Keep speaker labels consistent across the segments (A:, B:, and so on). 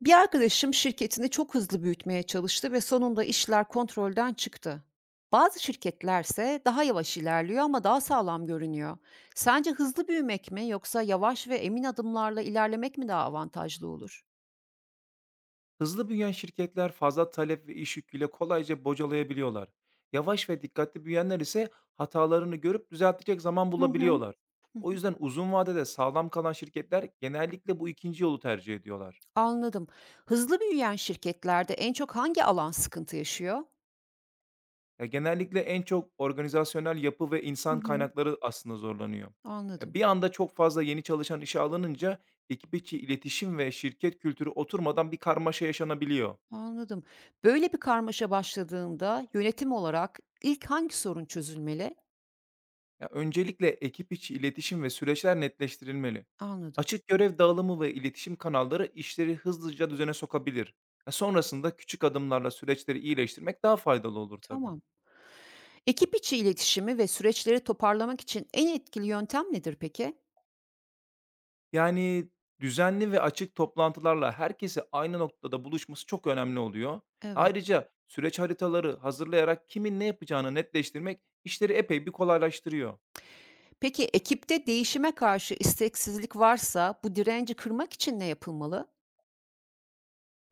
A: Bir arkadaşım şirketini çok hızlı büyütmeye çalıştı ve sonunda işler kontrolden çıktı. Bazı şirketlerse daha yavaş ilerliyor ama daha sağlam görünüyor. Sence hızlı büyümek mi yoksa yavaş ve emin adımlarla ilerlemek mi daha avantajlı olur?
B: Hızlı büyüyen şirketler fazla talep ve iş yüküyle kolayca bocalayabiliyorlar. Yavaş ve dikkatli büyüyenler ise hatalarını görüp düzeltecek zaman
A: Hı hı,
B: bulabiliyorlar.
A: hı
B: O
A: hı.
B: yüzden uzun vadede sağlam kalan şirketler genellikle bu ikinci yolu tercih ediyorlar.
A: Anladım. Hızlı büyüyen şirketlerde en çok hangi alan sıkıntı yaşıyor?
B: Ya genellikle en çok organizasyonel yapı ve
A: Hı
B: insan
A: hı.
B: kaynakları aslında zorlanıyor. Ya
A: Anladım.
B: bir anda çok fazla yeni çalışan işe alınınca ekip içi iletişim ve şirket kültürü oturmadan bir karmaşa yaşanabiliyor.
A: Anladım. Böyle bir karmaşa başladığında yönetim olarak ilk hangi sorun çözülmeli?
B: Ya, öncelikle ekip içi iletişim ve süreçler netleştirilmeli.
A: Anladım.
B: Açık görev dağılımı ve iletişim kanalları işleri hızlıca düzene sokabilir. Ya, sonrasında küçük adımlarla süreçleri iyileştirmek daha faydalı olur tabii.
A: Tamam. Ekip içi iletişimi ve süreçleri toparlamak için en etkili yöntem nedir peki?
B: Yani düzenli ve açık toplantılarla herkesi aynı noktada buluşması çok önemli oluyor.
A: Evet.
B: Ayrıca süreç haritaları hazırlayarak kimin ne yapacağını netleştirmek işleri epey bir kolaylaştırıyor.
A: Peki ekipte değişime karşı isteksizlik varsa bu direnci kırmak için ne yapılmalı?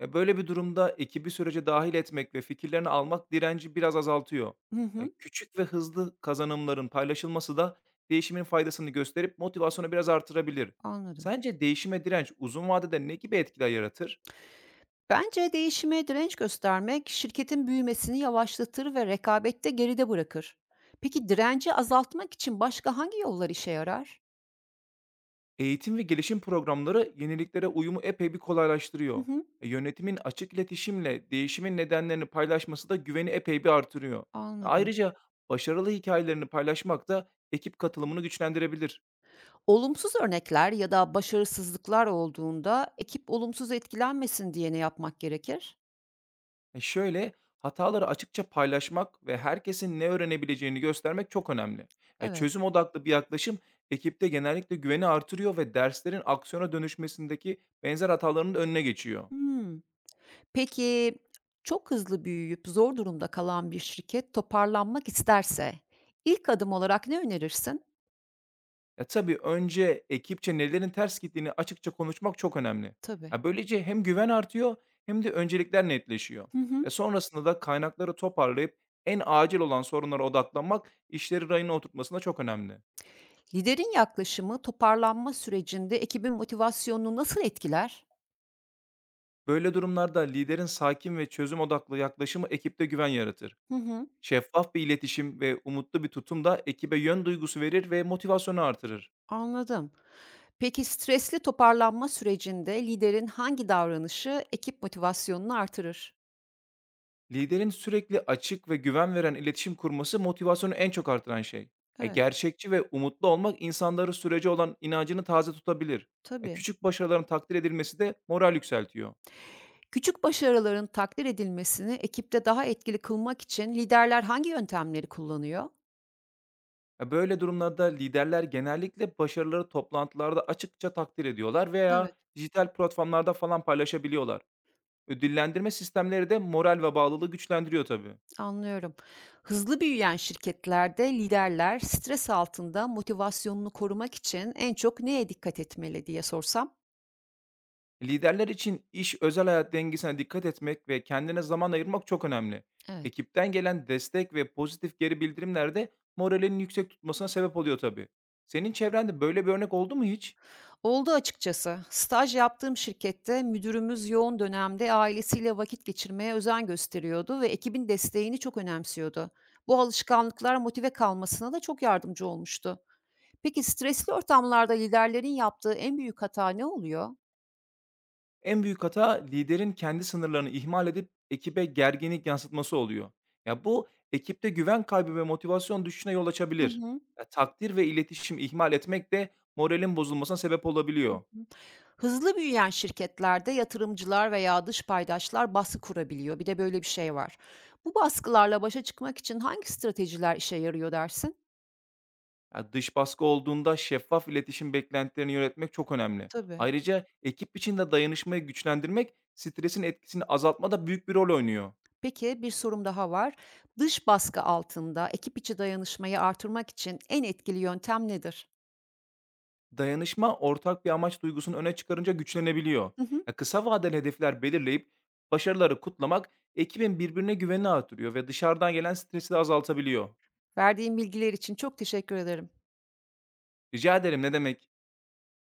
B: Böyle bir durumda ekibi sürece dahil etmek ve fikirlerini almak direnci biraz azaltıyor.
A: Hı hı,
B: Küçük ve hızlı kazanımların paylaşılması da değişimin faydasını gösterip motivasyonu biraz artırabilir.
A: anladım.
B: Sence değişime direnç uzun vadede ne gibi etkiler yaratır?
A: Bence değişime direnç göstermek şirketin büyümesini yavaşlatır ve rekabette geride bırakır. Peki direnci azaltmak için başka hangi yollar işe yarar?
B: Eğitim ve gelişim programları yeniliklere uyumu epey bir
A: Hı
B: kolaylaştırıyor.
A: hı,
B: Yönetimin açık iletişimle değişimin nedenlerini paylaşması da güveni epey bir artırıyor.
A: anladım.
B: Ayrıca başarılı hikayelerini paylaşmak da ekip katılımını güçlendirebilir.
A: Olumsuz örnekler ya da başarısızlıklar olduğunda ekip olumsuz etkilenmesin diye ne yapmak gerekir?
B: E, şöyle, Hataları açıkça paylaşmak ve herkesin ne öğrenebileceğini göstermek çok önemli.
A: Evet.
B: Çözüm odaklı bir yaklaşım ekipte genellikle güveni artırıyor ve derslerin aksiyona dönüşmesindeki benzer hataların önüne geçiyor.
A: Hımm. Peki, çok hızlı büyüyüp zor durumda kalan bir şirket toparlanmak isterse ilk adım olarak ne önerirsin?
B: Ya tabii önce ekipçe nelerin ters gittiğini açıkça konuşmak çok önemli.
A: Tabii.
B: Ya böylece hem güven artıyor hem de öncelikler netleşiyor.
A: Hı
B: E
A: hı.
B: sonrasında da kaynakları toparlayıp en acil olan sorunlara odaklanmak işleri rayına oturtmasında çok önemli.
A: Liderin yaklaşımı toparlanma sürecinde ekibin motivasyonunu nasıl etkiler?
B: Böyle durumlarda liderin sakin ve çözüm odaklı yaklaşımı ekipte güven yaratır.
A: Hı hı,
B: Şeffaf bir iletişim ve umutlu bir tutum da ekibe yön duygusu verir ve motivasyonu artırır.
A: anladım. Peki stresli toparlanma sürecinde liderin hangi davranışı ekip motivasyonunu artırır?
B: Liderin sürekli açık ve güven veren iletişim kurması motivasyonu en çok artıran şey.
A: Evet,
B: Gerçekçi ve umutlu olmak insanları sürece olan inancını taze tutabilir.
A: tabii.
B: Küçük başarıların takdir edilmesi de moral yükseltiyor.
A: Küçük başarıların takdir edilmesini ekipte daha etkili kılmak için liderler hangi yöntemleri kullanıyor?
B: Böyle durumlarda liderler genellikle başarıları toplantılarda açıkça takdir ediyorlar
A: Evet.
B: veya dijital platformlarda falan paylaşabiliyorlar. Ödüllendirme sistemleri de moral ve bağlılığı güçlendiriyor tabii.
A: Anlıyorum. Hızlı büyüyen şirketlerde liderler stres altında motivasyonunu korumak için en çok neye dikkat etmeli diye sorsam?
B: Liderler için iş özel hayat dengesine dikkat etmek ve kendine zaman ayırmak çok önemli.
A: Evet.
B: Ekipten gelen destek ve pozitif geri bildirimler de moralinin yüksek tutmasına sebep oluyor tabii. Senin çevrende böyle bir örnek oldu mu hiç?
A: Oldu açıkçası. Staj yaptığım şirkette müdürümüz yoğun dönemde ailesiyle vakit geçirmeye özen gösteriyordu ve ekibin desteğini çok önemsiyordu. Bu alışkanlıklar motive kalmasına da çok yardımcı olmuştu. Peki stresli ortamlarda liderlerin yaptığı en büyük hata ne oluyor?
B: En büyük hata liderin kendi sınırlarını ihmal edip ekibe gerginlik yansıtması oluyor. Ya bu ekipte güven kaybı ve motivasyon düşüşüne yol
A: Hı
B: açabilir.
A: hı.
B: Ya takdir ve iletişim ihmal etmek de moralin bozulmasına sebep olabiliyor.
A: Hızlı büyüyen şirketlerde yatırımcılar veya dış paydaşlar baskı kurabiliyor. Bir de böyle bir şey var. Bu baskılarla başa çıkmak için hangi stratejiler işe yarıyor dersin?
B: Ya, dış baskı olduğunda şeffaf iletişim beklentilerini yönetmek çok önemli.
A: Tabii.
B: Ayrıca ekip içinde dayanışmayı güçlendirmek, stresin etkisini azaltmada büyük bir rol oynuyor.
A: Peki bir sorum daha var. Dış baskı altında ekip içi dayanışmayı artırmak için en etkili yöntem nedir?
B: Dayanışma, ortak bir amaç duygusunu öne çıkarınca güçlenebiliyor.
A: Hı hı.
B: Ya, kısa vadeli hedefler belirleyip başarıları kutlamak ekibin birbirine güvenini artırıyor ve dışarıdan gelen stresi de azaltabiliyor.
A: Verdiğin bilgiler için çok teşekkür ederim.
B: Rica ederim, ne demek?